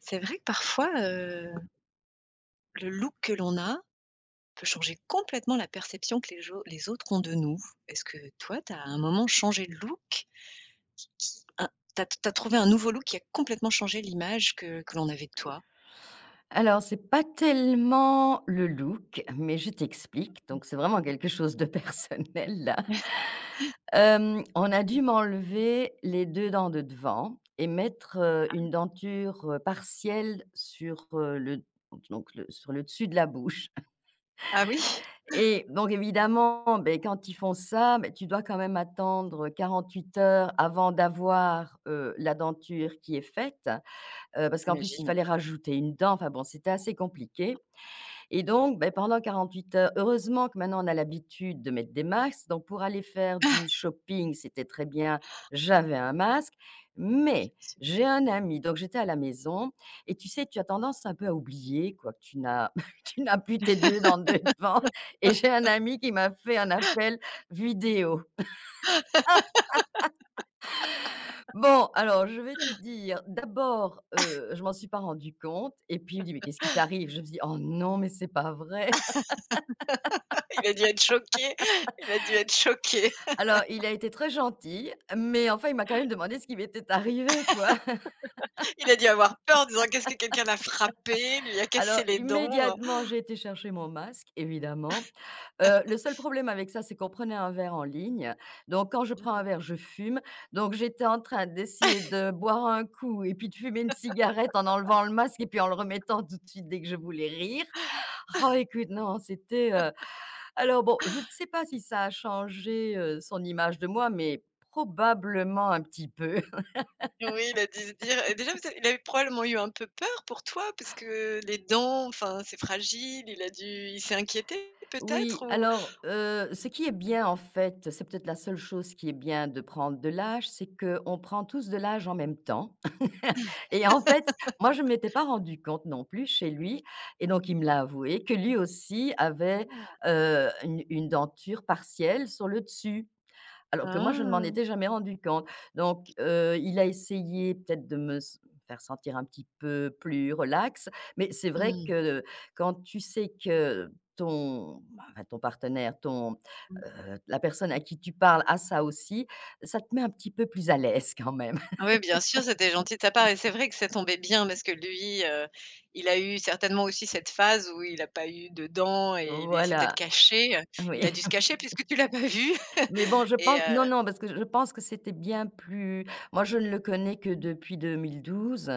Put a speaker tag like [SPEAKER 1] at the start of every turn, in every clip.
[SPEAKER 1] C'est vrai que parfois, le look que l'on a peut changer complètement la perception que les autres ont de nous. Est-ce que toi, tu as à un moment changé de look qui tu as trouvé un nouveau look qui a complètement changé l'image que l'on avait de toi?
[SPEAKER 2] Alors, c'est pas tellement le look, mais je t'explique. Donc, c'est vraiment quelque chose de personnel là. On a dû m'enlever les 2 dents de devant et mettre, une denture, partielle sur, le donc le sur le dessus de la bouche
[SPEAKER 1] Ah oui?
[SPEAKER 2] et donc évidemment, ben quand ils font ça, ben tu dois quand même attendre 48 heures avant d'avoir, la denture qui est faite, parce qu'en plus il
[SPEAKER 1] J'imagine.
[SPEAKER 2] fallait rajouter une dent. Enfin bon, c'était assez compliqué. Et donc, beh, pendant 48 heures, heureusement que maintenant on a l'habitude de mettre des masques, donc pour aller faire du shopping, c'était très bien, j'avais un masque. Mais j'ai un ami, donc j'étais à la maison et tu sais, tu as tendance un peu à oublier, quoi, que tu n'as tu n'as plus tes 2 dans deux devant et j'ai un ami qui m'a fait un appel vidéo. Bon, alors je vais te dire, d'abord, je m'en suis pas rendu compte et puis il me dit: «Mais qu'est-ce qui t'arrive?» Je me dis: «Oh non, mais c'est pas vrai».
[SPEAKER 1] Il a dû être choqué, il a dû être choqué.
[SPEAKER 2] Alors, il a été très gentil, mais enfin, il m'a quand même demandé ce qui m'était arrivé, quoi.
[SPEAKER 1] Il a dû avoir peur en disant: «Qu'est-ce que quelqu'un l'a frappé, lui a
[SPEAKER 2] Alors,
[SPEAKER 1] cassé les dents,
[SPEAKER 2] immédiatement, j'ai été chercher mon masque, évidemment. Le seul problème avec ça, c'est qu'on prenait un verre en ligne. Donc, quand je prends un verre, je fume. Donc, j'étais en train d'essayer de boire un coup et puis de fumer une cigarette en enlevant le masque et puis en le remettant tout de suite dès que je voulais rire. Oh, écoute, non, c'était, alors bon, je ne sais pas si ça a changé, son image de moi, mais probablement un petit peu.
[SPEAKER 1] Oui, il a dû se dire et déjà peut-être il avait probablement eu un peu peur pour toi parce que les dents, enfin, c'est fragile, il a dû il s'est inquiété peut-être
[SPEAKER 2] Oui,
[SPEAKER 1] ou
[SPEAKER 2] alors, ce qui est bien, en fait, c'est peut-être la seule chose qui est bien de prendre de l'âge, c'est qu'on prend tous de l'âge en même temps et en fait, moi, je ne m'étais pas rendu compte non plus chez lui et donc il me l'a avoué que lui aussi avait,
[SPEAKER 1] Ah.
[SPEAKER 2] une denture partielle sur le dessus alors que moi, je ne m'en
[SPEAKER 1] Ah!
[SPEAKER 2] étais jamais rendu compte. Donc, il a essayé peut-être de me s faire sentir un petit peu plus relax, mais c'est vrai
[SPEAKER 1] Mmh.
[SPEAKER 2] que quand tu sais que ton bah, enfin, ton partenaire, ton,
[SPEAKER 1] Mmh.
[SPEAKER 2] la personne à qui tu parles a ça aussi, ça te met un petit peu plus à l'aise quand même.
[SPEAKER 1] Ah oui, bien sûr, c'était gentil de sa part et c'est vrai que ça tombait bien parce que lui, il a eu certainement aussi cette phase où il n'a pas eu de dents et il est s'est peut-être
[SPEAKER 2] Voilà,
[SPEAKER 1] caché,
[SPEAKER 2] oui.
[SPEAKER 1] il a dû se cacher puisque tu l'as pas vu
[SPEAKER 2] Mais bon, je
[SPEAKER 1] et
[SPEAKER 2] pense non,
[SPEAKER 1] heu
[SPEAKER 2] non, parce que je pense que c'était bien plus moi, je ne le connais que depuis 2012,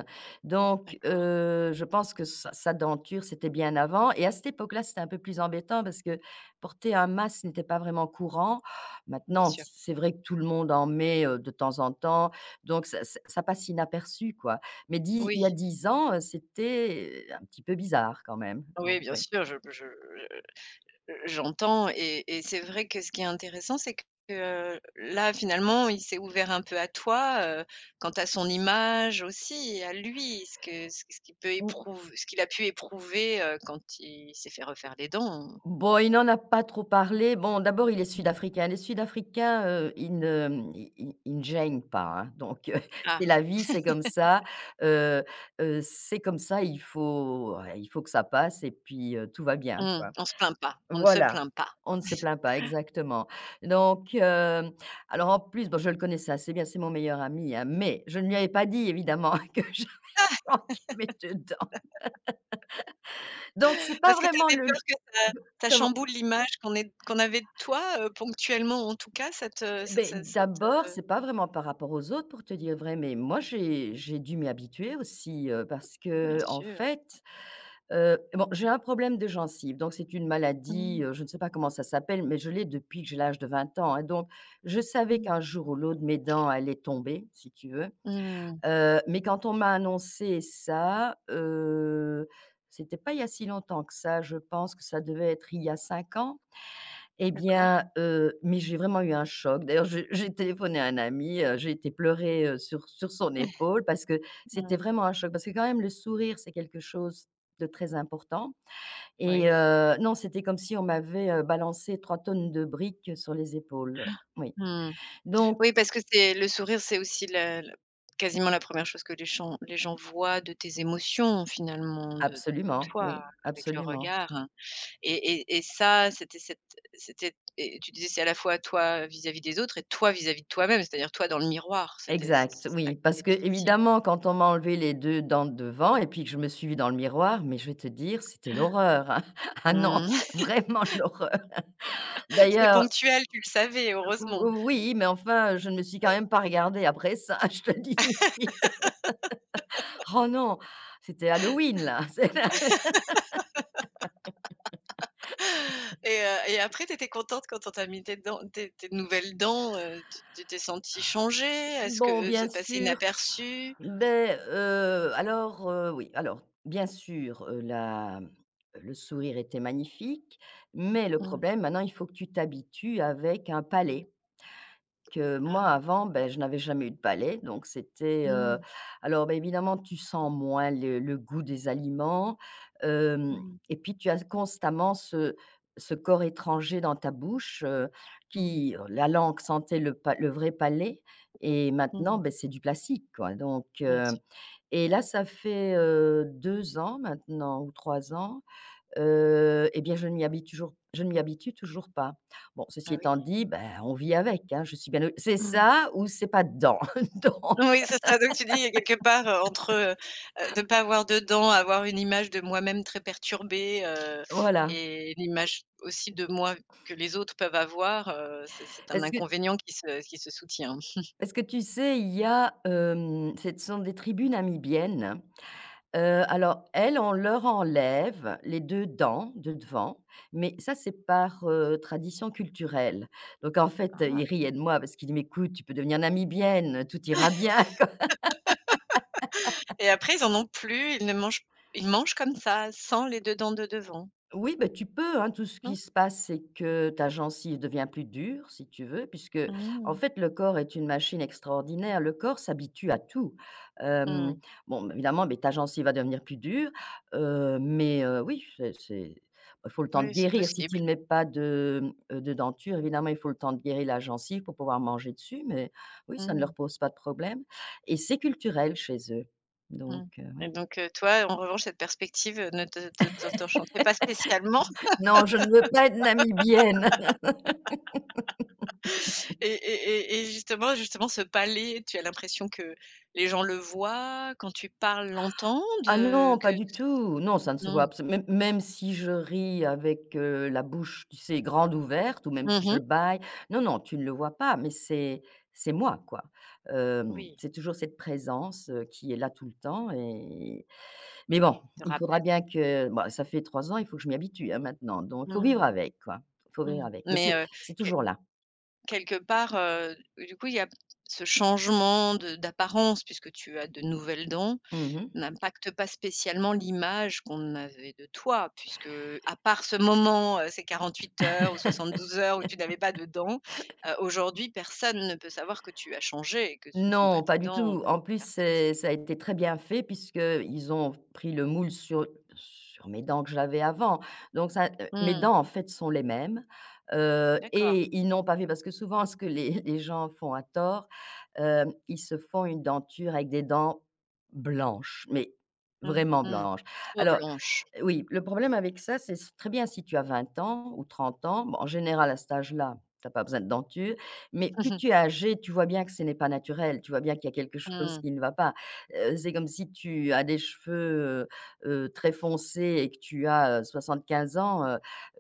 [SPEAKER 2] donc
[SPEAKER 1] D'accord,
[SPEAKER 2] je pense que sa denture, c'était bien avant et à cette époque-là, c'était un peu plus embêtant parce que porter un masque n'était pas vraiment courant.
[SPEAKER 1] bien
[SPEAKER 2] Maintenant,
[SPEAKER 1] sûr.
[SPEAKER 2] c'est vrai que tout le monde en met, de temps en temps, donc ça passe inaperçu, quoi. Mais dis, il y a
[SPEAKER 1] Oui,
[SPEAKER 2] 10 ans, c'était un petit peu bizarre quand même,
[SPEAKER 1] oui,
[SPEAKER 2] donc
[SPEAKER 1] bien
[SPEAKER 2] oui.
[SPEAKER 1] sûr, je j'entends et c'est vrai que ce qui est intéressant, c'est que, là, finalement, il s'est ouvert un peu à toi, quant à son image aussi et à lui, ce qu'il peut
[SPEAKER 2] Mmh.
[SPEAKER 1] éprouver, ce qu'il a pu éprouver, quand il s'est fait refaire les dents.
[SPEAKER 2] Bon, il n'en a pas trop parlé. Bon, d'abord, il est
[SPEAKER 1] Mmh.
[SPEAKER 2] sud-africain. Les sud-africains, ils ne, mmh, ils ils ils ne gênent pas, hein, donc
[SPEAKER 1] Ah,
[SPEAKER 2] c'est la vie, heu c'est comme ça, il faut, ouais, il faut que ça passe et puis, tout va bien,
[SPEAKER 1] mmh,
[SPEAKER 2] quoi.
[SPEAKER 1] on se plaint pas, on ne se
[SPEAKER 2] Voilà,
[SPEAKER 1] plaint pas.
[SPEAKER 2] on ne se plaint pas, exactement. Donc, alors, en plus, bon, je le connaissais assez bien, c'est mon meilleur ami, hein, mais je ne lui avais pas dit évidemment que je planquais mes 2. Donc c'est pas
[SPEAKER 1] Parce que tu
[SPEAKER 2] vraiment
[SPEAKER 1] avais peur
[SPEAKER 2] le
[SPEAKER 1] que ça
[SPEAKER 2] comment?
[SPEAKER 1] chamboule l'image qu'on avait de toi, ponctuellement en tout cas, ça te ça ça
[SPEAKER 2] Ben
[SPEAKER 1] ça te
[SPEAKER 2] d'abord, c'est pas vraiment par rapport aux autres pour te dire vrai, mais moi j'ai dû m'y habituer aussi, parce
[SPEAKER 1] Bien
[SPEAKER 2] que en
[SPEAKER 1] sûr.
[SPEAKER 2] fait, bon, j'ai un problème de gencive, donc c'est une
[SPEAKER 1] Mmh
[SPEAKER 2] maladie, je ne sais pas comment ça s'appelle, mais je l'ai depuis que j'ai l'âge de 20 ans, hein, donc je savais
[SPEAKER 1] mh.
[SPEAKER 2] qu'un jour ou l'autre mes dents allaient tomber, si tu veux,
[SPEAKER 1] Mmh.
[SPEAKER 2] mais quand on m'a annoncé ça, c'était pas il y a si longtemps que ça, je pense que ça devait être il y a 5 ans. Eh
[SPEAKER 1] D'accord.
[SPEAKER 2] bien, mais j'ai vraiment eu un choc. D'ailleurs, j'ai j'ai téléphoné à un ami, j'ai été pleurer, sur son épaule parce que c'était
[SPEAKER 1] Mmh.
[SPEAKER 2] vraiment un choc. Parce que quand même le sourire, c'est quelque chose de très important et
[SPEAKER 1] Oui.
[SPEAKER 2] non, c'était comme si on m'avait, balancé 3 tonnes de briques sur les épaules. Oui,
[SPEAKER 1] Mmh.
[SPEAKER 2] donc
[SPEAKER 1] Oui, parce que c'est le sourire, c'est aussi la quasiment la première chose que les gens voient de tes émotions finalement, de
[SPEAKER 2] absolument,
[SPEAKER 1] toi
[SPEAKER 2] oui,
[SPEAKER 1] avec le
[SPEAKER 2] absolument.
[SPEAKER 1] regard et ça, c'était et tu disais, c'est à la fois toi vis-à-vis des autres et toi vis-à-vis de toi-même, c'est-à-dire toi dans le miroir. C'était c'est
[SPEAKER 2] Exact,
[SPEAKER 1] c'est ça
[SPEAKER 2] oui,
[SPEAKER 1] qui
[SPEAKER 2] parce
[SPEAKER 1] était
[SPEAKER 2] que
[SPEAKER 1] difficile.
[SPEAKER 2] évidemment, quand on m'a enlevé les 2 dents de devant et puis que je me suis vue dans le miroir, mais je vais te dire, c'était l'horreur, hein. Ah non,
[SPEAKER 1] Mmh.
[SPEAKER 2] vraiment l'horreur.
[SPEAKER 1] C'était
[SPEAKER 2] D'ailleurs,
[SPEAKER 1] ponctuel, tu le savais, heureusement.
[SPEAKER 2] ou oui, mais enfin, je ne me suis quand même pas regardée après ça, je te le dis tout de suite. Oh non, c'était Halloween là, c'est
[SPEAKER 1] Et après tu étais contente quand on t'a mis tes nouvelles dents, tu t'es sentie changée? Est-ce
[SPEAKER 2] Bon,
[SPEAKER 1] que
[SPEAKER 2] bien
[SPEAKER 1] c'est passé
[SPEAKER 2] sûr,
[SPEAKER 1] inaperçu?
[SPEAKER 2] beh, alors, oui, alors, bien sûr, la le sourire était magnifique, mais le
[SPEAKER 1] Mmh.
[SPEAKER 2] problème maintenant, il faut que tu t'habitues avec un palais. Que moi
[SPEAKER 1] Ah!
[SPEAKER 2] avant, ben je n'avais jamais eu de palais, donc c'était,
[SPEAKER 1] Mmh.
[SPEAKER 2] alors, ben évidemment, tu sens moins le goût des aliments, hem
[SPEAKER 1] Mmh.
[SPEAKER 2] et puis tu as constamment ce corps étranger dans ta bouche,
[SPEAKER 1] Mmh.
[SPEAKER 2] qui la langue sentait le vrai palais et maintenant,
[SPEAKER 1] Mmh.
[SPEAKER 2] ben c'est du plastique, quoi, donc
[SPEAKER 1] Bien sûr.
[SPEAKER 2] et là, ça fait, 2 ans maintenant ou 3 ans. Et bien, je ne m'y habitue toujours pas. Bon, ceci
[SPEAKER 1] Ah oui.
[SPEAKER 2] étant dit, ben, on vit avec, hein, je suis bien c'est
[SPEAKER 1] Mmh.
[SPEAKER 2] ça ou c'est pas dedans, donc
[SPEAKER 1] Oui, c'est ça, donc tu dis il y a quelque part, entre, de pas avoir de dents, avoir une image de moi-même très perturbée,
[SPEAKER 2] voilà.
[SPEAKER 1] et l'image aussi de moi que les autres peuvent avoir, c'est un
[SPEAKER 2] Parce que
[SPEAKER 1] inconvénient qui se soutient.
[SPEAKER 2] parce que tu sais, il y a, ce sont des tribus namibiennes. Alors elles, on leur enlève les 2 dents de devant, mais ça, c'est par, tradition culturelle. Donc en fait,
[SPEAKER 1] Ah!
[SPEAKER 2] il riait de moi parce qu'il dit: «Mais écoute, tu peux devenir namibienne, tout ira bien».
[SPEAKER 1] Et après ils en ont plus, ils mangent comme ça, sans les 2 dents de devant.
[SPEAKER 2] Oui, ben tu peux, hein. Tout ce
[SPEAKER 1] Hein.
[SPEAKER 2] qui se passe, c'est que ta gencive devient plus dure, si tu veux, puisque, en
[SPEAKER 1] Mmh.
[SPEAKER 2] fait, le corps est une machine extraordinaire. Le corps s'habitue à tout.
[SPEAKER 1] Mmh.
[SPEAKER 2] Hem, bon, bah, évidemment, mais ta gencive va devenir plus dure, mais oui, c'est bah, il faut le temps de
[SPEAKER 1] Oui, c'est
[SPEAKER 2] guérir. Si
[SPEAKER 1] possible.
[SPEAKER 2] tu ne mets pas de, mmh, de denture, évidemment, il faut le temps de guérir la gencive pour pouvoir manger dessus, mais oui, ça ne
[SPEAKER 1] Mmh.
[SPEAKER 2] leur pose pas de problème et c'est culturel chez eux, donc
[SPEAKER 1] Mmh
[SPEAKER 2] ouais.
[SPEAKER 1] et donc toi, en revanche, cette perspective, ne te t'enchantait pas spécialement.
[SPEAKER 2] Non, je ne veux pas être namibienne.
[SPEAKER 1] et et et justement justement ce palais, tu as l'impression que les gens le voient, quand tu parles, l'entendent,
[SPEAKER 2] Ah non, pas
[SPEAKER 1] que
[SPEAKER 2] du tout. Non, ça ne se voit
[SPEAKER 1] non?
[SPEAKER 2] abs même si je ris avec, la bouche, tu sais, grande ouverte ou même si
[SPEAKER 1] Mmh mh.
[SPEAKER 2] je bâille, non, non, tu ne le vois pas, mais c'est moi, quoi.
[SPEAKER 1] Oui,
[SPEAKER 2] C'est toujours cette présence, qui est là tout le temps et mais bon,
[SPEAKER 1] te
[SPEAKER 2] il faudra
[SPEAKER 1] rappelle.
[SPEAKER 2] bien que Bon, ça fait 3 ans, il faut que je m'y habitue, hein, maintenant, donc il faut vivre
[SPEAKER 1] Mmh,
[SPEAKER 2] avec, quoi. Il faut
[SPEAKER 1] mmh
[SPEAKER 2] vivre avec, mais
[SPEAKER 1] mais
[SPEAKER 2] c'est
[SPEAKER 1] quel
[SPEAKER 2] toujours là.
[SPEAKER 1] quelque part, du coup, il y a ce changement de d'apparence puisque tu as de nouvelles dents
[SPEAKER 2] Mmh.
[SPEAKER 1] n'impacte pas spécialement l'image qu'on avait de toi puisque, à part ce moment, ces 48 heures ou 72 heures où tu n'avais pas de dents, aujourd'hui personne ne peut savoir que tu as changé et que ce ne sont pas
[SPEAKER 2] Non, pas
[SPEAKER 1] tes
[SPEAKER 2] du
[SPEAKER 1] dents
[SPEAKER 2] tout. En plus,
[SPEAKER 1] perceptibles.
[SPEAKER 2] c'est ça a été très bien fait puisqu'ils ont pris le moule sur mes dents que j'avais avant. Donc ça, mes
[SPEAKER 1] Mmh,
[SPEAKER 2] dents, en fait, sont les mêmes,
[SPEAKER 1] d'accord.
[SPEAKER 2] et ils n'ont pas fait parce que souvent ce que les les gens font à tort, ils se font une denture avec des dents blanches, mais
[SPEAKER 1] Mmh
[SPEAKER 2] vraiment
[SPEAKER 1] mh.
[SPEAKER 2] blanches.
[SPEAKER 1] Trop
[SPEAKER 2] Alors
[SPEAKER 1] blanche.
[SPEAKER 2] oui, le problème avec ça, c'est très bien si tu as 20 ans ou 30 ans. Bon, en général, à cet âge-là, tu as pas besoin de denture, mais plus tu es âgé, tu vois bien que ce n'est pas naturel, tu vois bien qu'il y a quelque chose
[SPEAKER 1] Mmh.
[SPEAKER 2] qui ne va pas. C'est comme si tu as des cheveux, très foncés et que tu as, 75 ans, heu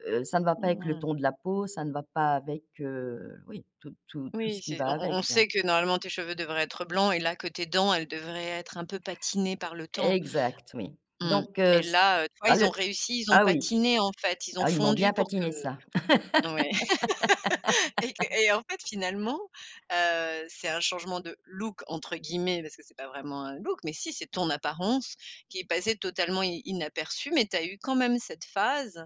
[SPEAKER 2] heu, ça ne va pas avec le
[SPEAKER 1] Mmh.
[SPEAKER 2] ton de la peau, ça ne va pas avec, oui, tout tout tout
[SPEAKER 1] Oui,
[SPEAKER 2] ce qui
[SPEAKER 1] c'est
[SPEAKER 2] va avec,
[SPEAKER 1] on
[SPEAKER 2] quoi.
[SPEAKER 1] sait que normalement tes cheveux devraient être blancs et là que tes dents, elles devraient être un peu patinées par le temps.
[SPEAKER 2] Exact, oui.
[SPEAKER 1] Mmh
[SPEAKER 2] Donc
[SPEAKER 1] et
[SPEAKER 2] s
[SPEAKER 1] là, tu vois,
[SPEAKER 2] ah
[SPEAKER 1] ils ont
[SPEAKER 2] le
[SPEAKER 1] réussi, ils ont
[SPEAKER 2] ah oui,
[SPEAKER 1] patiné en fait, ils ont
[SPEAKER 2] ils m'ont bien
[SPEAKER 1] fondu pour que
[SPEAKER 2] patiné ça.
[SPEAKER 1] Ouais. Et en fait, finalement, c'est un changement de «look» entre guillemets, parce que c'est pas vraiment un look, mais si, c'est ton apparence qui est passée totalement i inaperçue, mais tu as eu quand même cette phase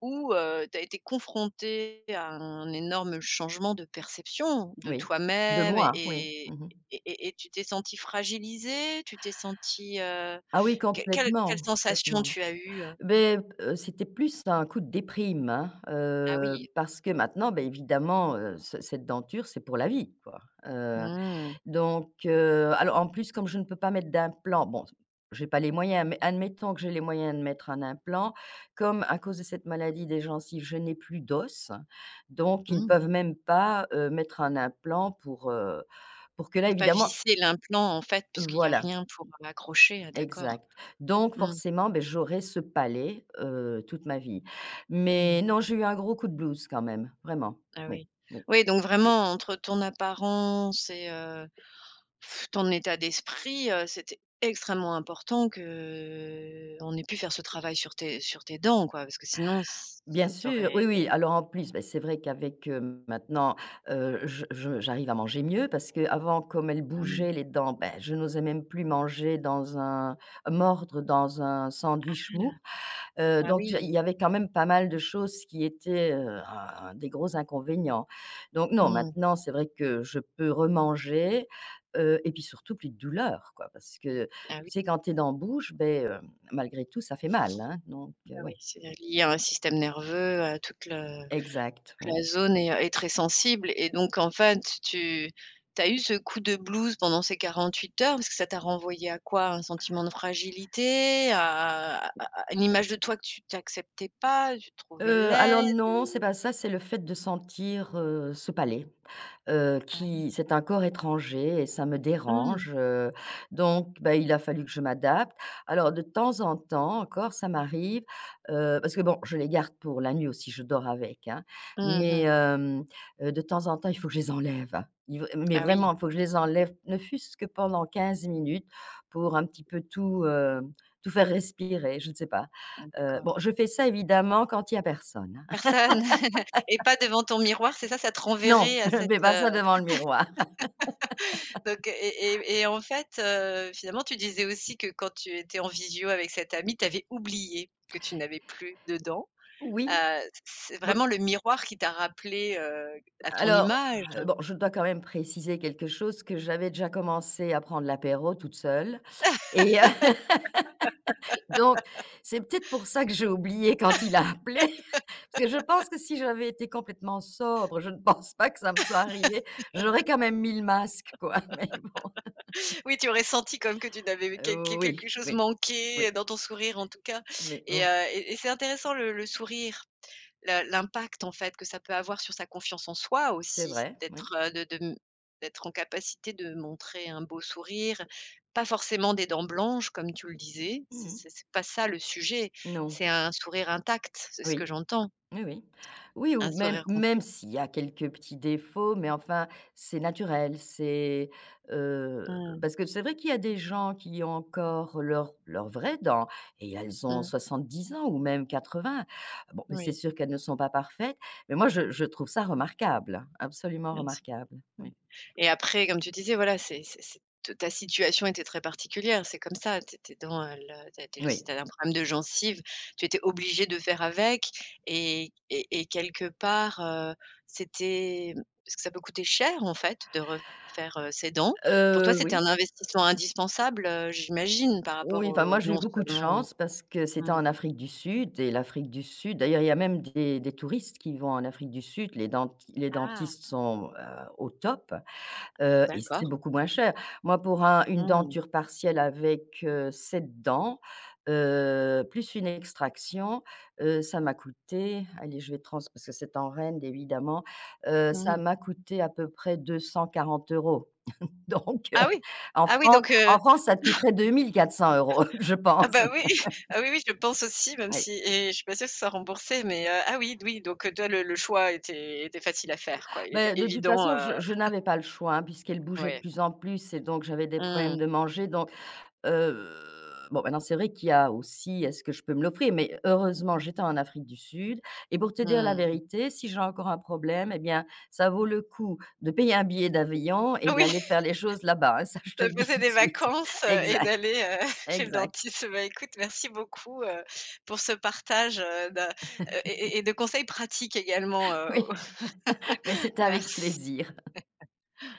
[SPEAKER 1] où, tu as été confrontée à un énorme changement de perception de
[SPEAKER 2] Oui, de
[SPEAKER 1] toi-même
[SPEAKER 2] moi, oui.
[SPEAKER 1] et
[SPEAKER 2] Mmh.
[SPEAKER 1] et et et tu t'es sentie fragilisée? Tu t'es sentie,
[SPEAKER 2] Ah oui,
[SPEAKER 1] quelle
[SPEAKER 2] complètement,
[SPEAKER 1] sensation
[SPEAKER 2] complètement.
[SPEAKER 1] tu as eue,
[SPEAKER 2] Mais c'était plus un coup de déprime, hein,
[SPEAKER 1] Ah oui.
[SPEAKER 2] parce que maintenant, bah, évidemment, ce cette denture, c'est pour la vie, quoi, heu,
[SPEAKER 1] Mmh.
[SPEAKER 2] donc alors, en plus, comme je ne peux pas mettre d'implant, bon, j'ai pas les moyens, mais admettons que j'ai les moyens de mettre un implant, comme à cause de cette maladie des gencives, je n'ai plus d'os, donc ils ne
[SPEAKER 1] Mmh.
[SPEAKER 2] peuvent même pas, mettre un implant pour, pour que là,
[SPEAKER 1] Peuvent pas
[SPEAKER 2] évidemment
[SPEAKER 1] visser l'implant en fait, puisqu'il y a
[SPEAKER 2] voilà.
[SPEAKER 1] rien pour accrocher, d'accord.
[SPEAKER 2] Exact. Donc
[SPEAKER 1] Mmh,
[SPEAKER 2] forcément, ben j'aurai ce palais, toute ma vie.
[SPEAKER 1] mmh.
[SPEAKER 2] Mais non, j'ai eu un gros coup de blues quand même, vraiment.
[SPEAKER 1] Ah
[SPEAKER 2] Oui,
[SPEAKER 1] oui.
[SPEAKER 2] oui.
[SPEAKER 1] Oui, donc vraiment entre ton apparence et ton état d'esprit, c'était extrêmement important qu'on ait pu faire ce travail sur tes dents quoi, parce que sinon ç
[SPEAKER 2] Bien
[SPEAKER 1] ça
[SPEAKER 2] sûr,
[SPEAKER 1] t'aurait.
[SPEAKER 2] oui, oui. Alors en plus, ben c'est vrai qu'avec, maintenant, je j'arrive à manger mieux parce que avant, comme elle
[SPEAKER 1] Mmh,
[SPEAKER 2] bougeait les dents, ben je n'osais même plus manger dans un mordre dans un sandwich mou. Heu,
[SPEAKER 1] ah
[SPEAKER 2] donc il
[SPEAKER 1] oui,
[SPEAKER 2] y avait quand même pas mal de choses qui étaient, un des gros inconvénients. Donc non,
[SPEAKER 1] mmh,
[SPEAKER 2] maintenant, c'est vrai que je peux remanger, et puis surtout plus de douleur, quoi. Parce que,
[SPEAKER 1] ah
[SPEAKER 2] tu
[SPEAKER 1] oui,
[SPEAKER 2] sais, quand tu es dans la bouche, ben malgré tout, ça fait mal, hein, donc
[SPEAKER 1] oui, oui,
[SPEAKER 2] ouais.
[SPEAKER 1] c'est lié à un système nerveux, à toute le
[SPEAKER 2] Exact, oui.
[SPEAKER 1] la zone est très sensible et donc en fait, tu as eu ce coup de blues pendant ces 48 heures parce que ça t'a renvoyé à quoi? Un sentiment de fragilité? À une image de toi que tu t'acceptais pas? Tu te trouvais
[SPEAKER 2] Heu,
[SPEAKER 1] laide?
[SPEAKER 2] alors non, c'est pas ça, c'est le fait de sentir, ce palais,
[SPEAKER 1] Ah,
[SPEAKER 2] qui c'est un corps étranger et ça me
[SPEAKER 1] mmh.
[SPEAKER 2] dérange, donc bah, il a fallu que je m'adapte. Alors de temps en temps encore, ça m'arrive, parce que bon, je les garde pour la nuit aussi, je dors avec, hein, mais
[SPEAKER 1] Mmh.
[SPEAKER 2] de temps en temps, il faut que je les enlève. Il v Mais
[SPEAKER 1] Ah oui.
[SPEAKER 2] vraiment, il faut que je les enlève, ne fût-ce que pendant 15 minutes pour un petit peu tout faire respirer, je ne sais pas.
[SPEAKER 1] Ah
[SPEAKER 2] Heu,
[SPEAKER 1] d'accord.
[SPEAKER 2] bon, je fais ça évidemment quand il y a personne, hein.
[SPEAKER 1] Personne. Et pas devant ton miroir, c'est ça? Ça te
[SPEAKER 2] Non,
[SPEAKER 1] renverrait à
[SPEAKER 2] je ne
[SPEAKER 1] cette,
[SPEAKER 2] fais pas
[SPEAKER 1] heu
[SPEAKER 2] ça devant le miroir.
[SPEAKER 1] Donc et en fait, finalement, tu disais aussi que quand tu étais en visio avec cette amie, tu avais oublié que tu n'avais plus dedans.
[SPEAKER 2] Oui,
[SPEAKER 1] C'est
[SPEAKER 2] bon,
[SPEAKER 1] vraiment le miroir qui t'a rappelé, à ton
[SPEAKER 2] alors,
[SPEAKER 1] image.
[SPEAKER 2] bon, je dois quand même préciser quelque chose, que j'avais déjà commencé à prendre l'apéro toute seule et donc c'est peut-être pour ça que j'ai oublié quand il a appelé, parce que je pense que si j'avais été complètement sobre, je ne pense pas que ça me soit arrivé. J'aurais quand même mis le masque, quoi, mais bon,
[SPEAKER 1] Oui, tu aurais senti comme que tu n'avais
[SPEAKER 2] oui,
[SPEAKER 1] quelque chose
[SPEAKER 2] oui, oui,
[SPEAKER 1] manqué dans ton sourire en tout cas.
[SPEAKER 2] mais
[SPEAKER 1] et
[SPEAKER 2] bon,
[SPEAKER 1] heu et et c'est intéressant le sourire, la l'impact en fait que ça peut avoir sur sa confiance en soi
[SPEAKER 2] c'est
[SPEAKER 1] aussi,
[SPEAKER 2] vrai, oui.
[SPEAKER 1] d'être, de d'être en capacité de montrer un beau sourire, pas forcément des dents blanches comme tu le disais,
[SPEAKER 2] Mmh mh.
[SPEAKER 1] c'est pas ça le sujet,
[SPEAKER 2] Non,
[SPEAKER 1] c'est un sourire intact, c'est ce que
[SPEAKER 2] oui.
[SPEAKER 1] j'entends,
[SPEAKER 2] Oui, oui. Oui ou
[SPEAKER 1] un
[SPEAKER 2] même
[SPEAKER 1] sourire complet.
[SPEAKER 2] même s'il y a quelques petits défauts, mais enfin, c'est naturel, heu,
[SPEAKER 1] Mmh,
[SPEAKER 2] parce que c'est vrai qu'il y a des gens qui ont encore leurs vraies dents et elles ont
[SPEAKER 1] mmh,
[SPEAKER 2] 70 ans ou même 80. Bon, mais c'est
[SPEAKER 1] oui,
[SPEAKER 2] sûr qu'elles ne sont pas parfaites, mais moi je trouve ça remarquable, absolument
[SPEAKER 1] bien sûr.
[SPEAKER 2] remarquable.
[SPEAKER 1] Ouais
[SPEAKER 2] Oui.
[SPEAKER 1] et après, comme tu disais, voilà, c'est t ta situation était très particulière, c'est comme ça, tu étais dans, le tu étais si
[SPEAKER 2] Oui.
[SPEAKER 1] tu avais un problème de gencive, tu étais obligé de faire avec et quelque part, c'était parce que ça peut coûter cher, en fait, de refaire, ses dents. Pour toi, c'était
[SPEAKER 2] Oui.
[SPEAKER 1] un investissement indispensable, j'imagine, par rapport
[SPEAKER 2] Oui, enfin,
[SPEAKER 1] au
[SPEAKER 2] moi, j'ai eu
[SPEAKER 1] non
[SPEAKER 2] beaucoup de
[SPEAKER 1] seulement.
[SPEAKER 2] chance parce que c'était
[SPEAKER 1] Mmh.
[SPEAKER 2] en Afrique du Sud et l'Afrique du Sud d'ailleurs, il y a même des touristes qui vont en Afrique du Sud. Les
[SPEAKER 1] Ah!
[SPEAKER 2] dentistes sont, au top, et c'est
[SPEAKER 1] D'accord.
[SPEAKER 2] beaucoup moins cher. Moi, pour un une
[SPEAKER 1] Mmh.
[SPEAKER 2] denture partielle avec, 7 dents, plus une extraction, ça m'a coûté, allez, je vais trans parce que c'est en Rennes évidemment, ça
[SPEAKER 1] Mmh.
[SPEAKER 2] m'a coûté à peu près 240 euros. Donc,
[SPEAKER 1] Ah oui!
[SPEAKER 2] en
[SPEAKER 1] Ah oui,
[SPEAKER 2] France
[SPEAKER 1] donc.
[SPEAKER 2] en France, ça te coûterait 2 400 euros, je
[SPEAKER 1] Ah
[SPEAKER 2] pense.
[SPEAKER 1] bah, oui, ah oui, oui, je pense aussi, même
[SPEAKER 2] Oui.
[SPEAKER 1] si et je suis pas sûre que ce soit remboursé, mais ah oui, oui, donc toi, le choix était facile à faire, quoi. Il était
[SPEAKER 2] Beh, de toute
[SPEAKER 1] évident,
[SPEAKER 2] façon, je je n'avais pas le choix, hein, puisqu'elle bougeait de
[SPEAKER 1] ouais.
[SPEAKER 2] plus en plus et donc j'avais des problèmes
[SPEAKER 1] Mmh,
[SPEAKER 2] de manger donc bon, maintenant c'est vrai qu'il y a aussi : « Est-ce que je peux me l'offrir ? » mais heureusement, j'étais en Afrique du Sud et pour te dire la
[SPEAKER 1] mmh.
[SPEAKER 2] vérité, si j'ai encore un problème et bien, ça vaut le coup de payer un billet d'avion et
[SPEAKER 1] Oui,
[SPEAKER 2] d'aller faire les choses là-bas, hein, ça je te
[SPEAKER 1] de
[SPEAKER 2] le dis
[SPEAKER 1] passer
[SPEAKER 2] tout de
[SPEAKER 1] des
[SPEAKER 2] suite.
[SPEAKER 1] vacances, et
[SPEAKER 2] Exact,
[SPEAKER 1] d'aller, chez le
[SPEAKER 2] exact.
[SPEAKER 1] dentiste. Bah, écoute, merci beaucoup, pour ce partage, de, et de conseils pratiques également,
[SPEAKER 2] Oui, mais c'était avec plaisir.